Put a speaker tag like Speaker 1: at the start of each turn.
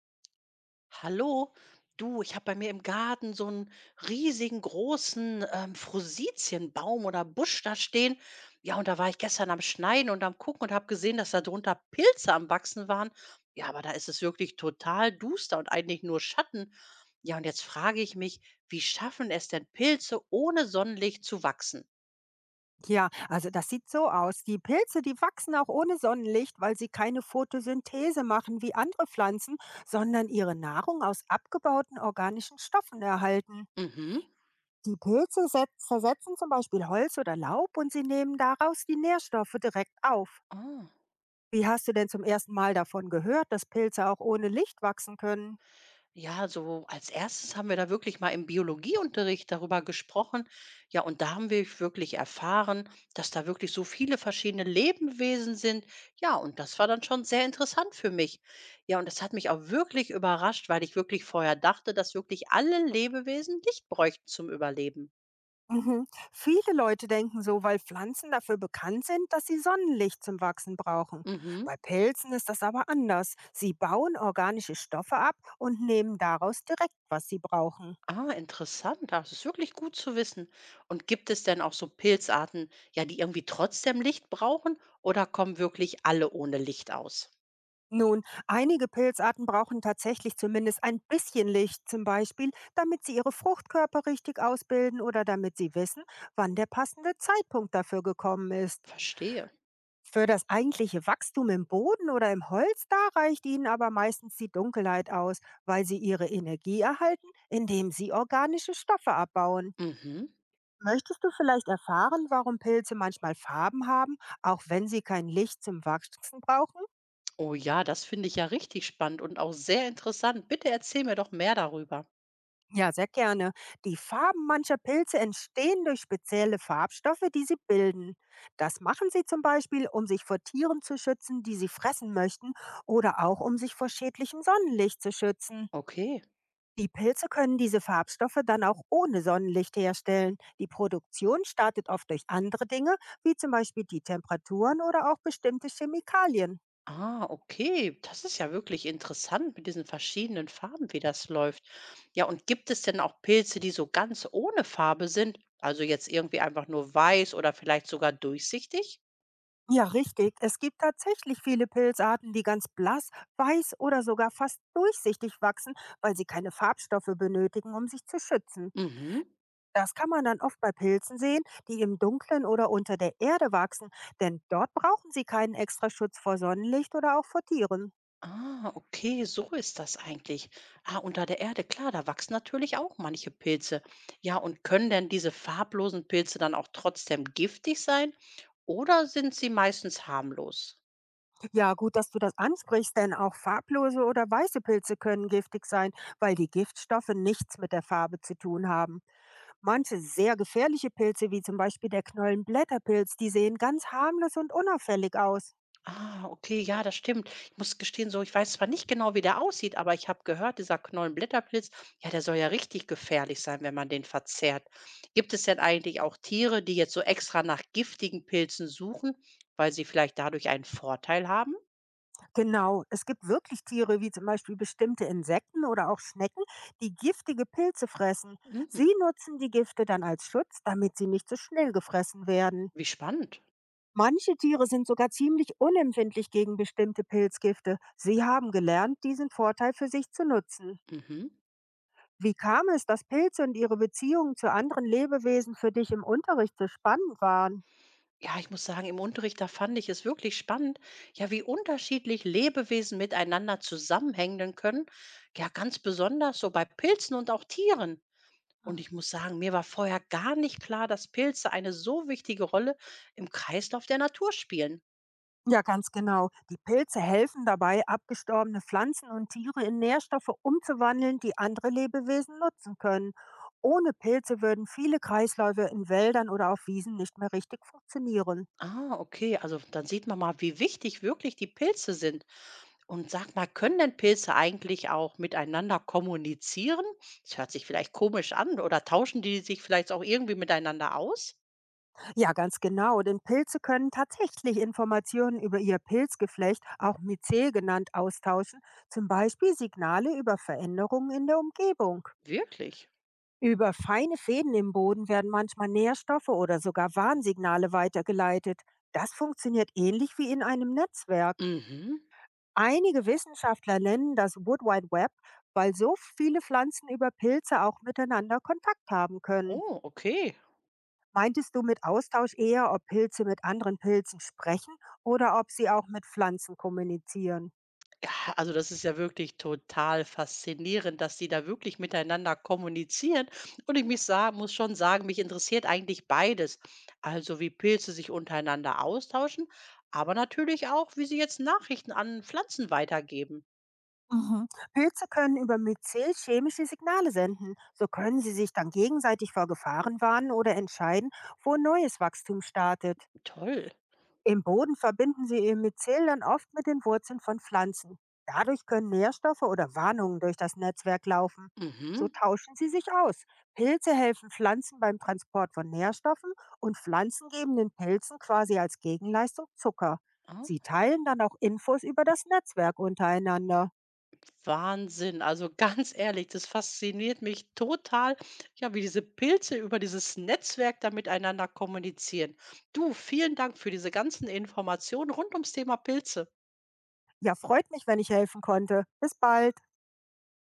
Speaker 1: Hallo, du, ich habe bei mir im Garten so einen riesigen großen Frusitienbaum oder Busch da stehen. Ja, und da war ich gestern am Schneiden und am Gucken und habe gesehen, dass da drunter Pilze am Wachsen waren. Ja, aber da ist es wirklich total duster und eigentlich nur Schatten. Ja, und jetzt frage ich mich, wie schaffen es denn Pilze ohne Sonnenlicht zu wachsen?
Speaker 2: Ja, also das sieht so aus. Die Pilze, die wachsen auch ohne Sonnenlicht, weil sie keine Photosynthese machen wie andere Pflanzen, sondern ihre Nahrung aus abgebauten organischen Stoffen erhalten.
Speaker 1: Mhm.
Speaker 2: Die Pilze zersetzen zum Beispiel Holz oder Laub und sie nehmen daraus die Nährstoffe direkt auf.
Speaker 1: Ah.
Speaker 2: Wie hast du denn zum ersten Mal davon gehört, dass Pilze auch ohne Licht wachsen können?
Speaker 1: Ja, so als erstes haben wir da wirklich mal im Biologieunterricht darüber gesprochen. Ja, und da haben wir wirklich erfahren, dass da wirklich so viele verschiedene Lebewesen sind. Ja, und das war dann schon sehr interessant für mich. Ja, und das hat mich auch wirklich überrascht, weil ich wirklich vorher dachte, dass wirklich alle Lebewesen Licht bräuchten zum Überleben.
Speaker 2: Mhm. Viele Leute denken so, weil Pflanzen dafür bekannt sind, dass sie Sonnenlicht zum Wachsen brauchen.
Speaker 1: Mhm.
Speaker 2: Bei Pilzen ist das aber anders. Sie bauen organische Stoffe ab und nehmen daraus direkt, was sie brauchen.
Speaker 1: Ah, interessant. Das ist wirklich gut zu wissen. Und gibt es denn auch so Pilzarten, ja, die irgendwie trotzdem Licht brauchen oder kommen wirklich alle ohne Licht aus?
Speaker 2: Nun, einige Pilzarten brauchen tatsächlich zumindest ein bisschen Licht, zum Beispiel, damit sie ihre Fruchtkörper richtig ausbilden oder damit sie wissen, wann der passende Zeitpunkt dafür gekommen ist.
Speaker 1: Verstehe.
Speaker 2: Für das eigentliche Wachstum im Boden oder im Holz, da reicht ihnen aber meistens die Dunkelheit aus, weil sie ihre Energie erhalten, indem sie organische Stoffe abbauen.
Speaker 1: Mhm.
Speaker 2: Möchtest du vielleicht erfahren, warum Pilze manchmal Farben haben, auch wenn sie kein Licht zum Wachsen brauchen?
Speaker 1: Oh ja, das finde ich ja richtig spannend und auch sehr interessant. Bitte erzähl mir doch mehr darüber.
Speaker 2: Ja, sehr gerne. Die Farben mancher Pilze entstehen durch spezielle Farbstoffe, die sie bilden. Das machen sie zum Beispiel, um sich vor Tieren zu schützen, die sie fressen möchten, oder auch um sich vor schädlichem Sonnenlicht zu schützen.
Speaker 1: Okay.
Speaker 2: Die Pilze können diese Farbstoffe dann auch ohne Sonnenlicht herstellen. Die Produktion startet oft durch andere Dinge, wie zum Beispiel die Temperaturen oder auch bestimmte Chemikalien.
Speaker 1: Ah, okay. Das ist ja wirklich interessant mit diesen verschiedenen Farben, wie das läuft. Ja, und gibt es denn auch Pilze, die so ganz ohne Farbe sind? Also jetzt irgendwie einfach nur weiß oder vielleicht sogar durchsichtig?
Speaker 2: Ja, richtig. Es gibt tatsächlich viele Pilzarten, die ganz blass, weiß oder sogar fast durchsichtig wachsen, weil sie keine Farbstoffe benötigen, um sich zu schützen.
Speaker 1: Mhm.
Speaker 2: Das kann man dann oft bei Pilzen sehen, die im Dunkeln oder unter der Erde wachsen, denn dort brauchen sie keinen extra Schutz vor Sonnenlicht oder auch vor Tieren.
Speaker 1: Ah, okay, so ist das eigentlich. Ah, unter der Erde, klar, da wachsen natürlich auch manche Pilze. Ja, und können denn diese farblosen Pilze dann auch trotzdem giftig sein oder sind sie meistens harmlos?
Speaker 2: Ja, gut, dass du das ansprichst, denn auch farblose oder weiße Pilze können giftig sein, weil die Giftstoffe nichts mit der Farbe zu tun haben. Manche sehr gefährliche Pilze, wie zum Beispiel der Knollenblätterpilz, die sehen ganz harmlos und unauffällig aus.
Speaker 1: Ah, okay, ja, das stimmt. Ich muss gestehen, so, ich weiß zwar nicht genau, wie der aussieht, aber ich habe gehört, dieser Knollenblätterpilz, ja, der soll ja richtig gefährlich sein, wenn man den verzehrt. Gibt es denn eigentlich auch Tiere, die jetzt so extra nach giftigen Pilzen suchen, weil sie vielleicht dadurch einen Vorteil haben?
Speaker 2: Genau, es gibt wirklich Tiere, wie zum Beispiel bestimmte Insekten oder auch Schnecken, die giftige Pilze fressen.
Speaker 1: Hm?
Speaker 2: Sie nutzen die Gifte dann als Schutz, damit sie nicht so schnell gefressen werden.
Speaker 1: Wie spannend.
Speaker 2: Manche Tiere sind sogar ziemlich unempfindlich gegen bestimmte Pilzgifte. Sie haben gelernt, diesen Vorteil für sich zu nutzen.
Speaker 1: Mhm.
Speaker 2: Wie kam es, dass Pilze und ihre Beziehungen zu anderen Lebewesen für dich im Unterricht so spannend waren?
Speaker 1: Ja, ich muss sagen, im Unterricht, da fand ich es wirklich spannend, ja, wie unterschiedlich Lebewesen miteinander zusammenhängen können. Ja, ganz besonders so bei Pilzen und auch Tieren.
Speaker 2: Hm.
Speaker 1: Und ich muss sagen, mir war vorher gar nicht klar, dass Pilze eine so wichtige Rolle im Kreislauf der Natur spielen.
Speaker 2: Ja, ganz genau. Die Pilze helfen dabei, abgestorbene Pflanzen und Tiere in Nährstoffe umzuwandeln, die andere Lebewesen nutzen können. Ohne Pilze würden viele Kreisläufe in Wäldern oder auf Wiesen nicht mehr richtig funktionieren.
Speaker 1: Ah, okay, also dann sieht man mal, wie wichtig wirklich die Pilze sind. Und sag mal, können denn Pilze eigentlich auch miteinander kommunizieren? Das hört sich vielleicht komisch an oder tauschen die sich vielleicht auch irgendwie miteinander aus?
Speaker 2: Ja, ganz genau, denn Pilze können tatsächlich Informationen über ihr Pilzgeflecht, auch Mycel genannt, austauschen, zum Beispiel Signale über Veränderungen in der Umgebung.
Speaker 1: Wirklich?
Speaker 2: Über feine Fäden im Boden werden manchmal Nährstoffe oder sogar Warnsignale weitergeleitet. Das funktioniert ähnlich wie in einem Netzwerk.
Speaker 1: Mhm.
Speaker 2: Einige Wissenschaftler nennen das Wood Wide Web, weil so viele Pflanzen über Pilze auch miteinander Kontakt haben können.
Speaker 1: Oh, okay.
Speaker 2: Meintest du mit Austausch eher, ob Pilze mit anderen Pilzen sprechen oder ob sie auch mit Pflanzen kommunizieren?
Speaker 1: Ja, also das ist ja wirklich total faszinierend, dass die da wirklich miteinander kommunizieren. Und muss schon sagen, mich interessiert eigentlich beides. Also wie Pilze sich untereinander austauschen, aber natürlich auch, wie sie jetzt Nachrichten an Pflanzen weitergeben.
Speaker 2: Mhm. Pilze können über Myzel chemische Signale senden. So können sie sich dann gegenseitig vor Gefahren warnen oder entscheiden, wo neues Wachstum startet.
Speaker 1: Toll.
Speaker 2: Im Boden verbinden sie ihr Mycel dann oft mit den Wurzeln von Pflanzen. Dadurch können Nährstoffe oder Warnungen durch das Netzwerk laufen. So
Speaker 1: Mhm.
Speaker 2: tauschen sie sich aus. Pilze helfen Pflanzen beim Transport von Nährstoffen und Pflanzen geben den Pilzen quasi als Gegenleistung Zucker. Sie teilen dann auch Infos über das Netzwerk untereinander.
Speaker 1: Wahnsinn. Also ganz ehrlich, das fasziniert mich total, ja, wie diese Pilze über dieses Netzwerk da miteinander kommunizieren. Du, vielen Dank für diese ganzen Informationen rund ums Thema Pilze.
Speaker 2: Ja, freut mich, wenn ich helfen konnte. Bis bald.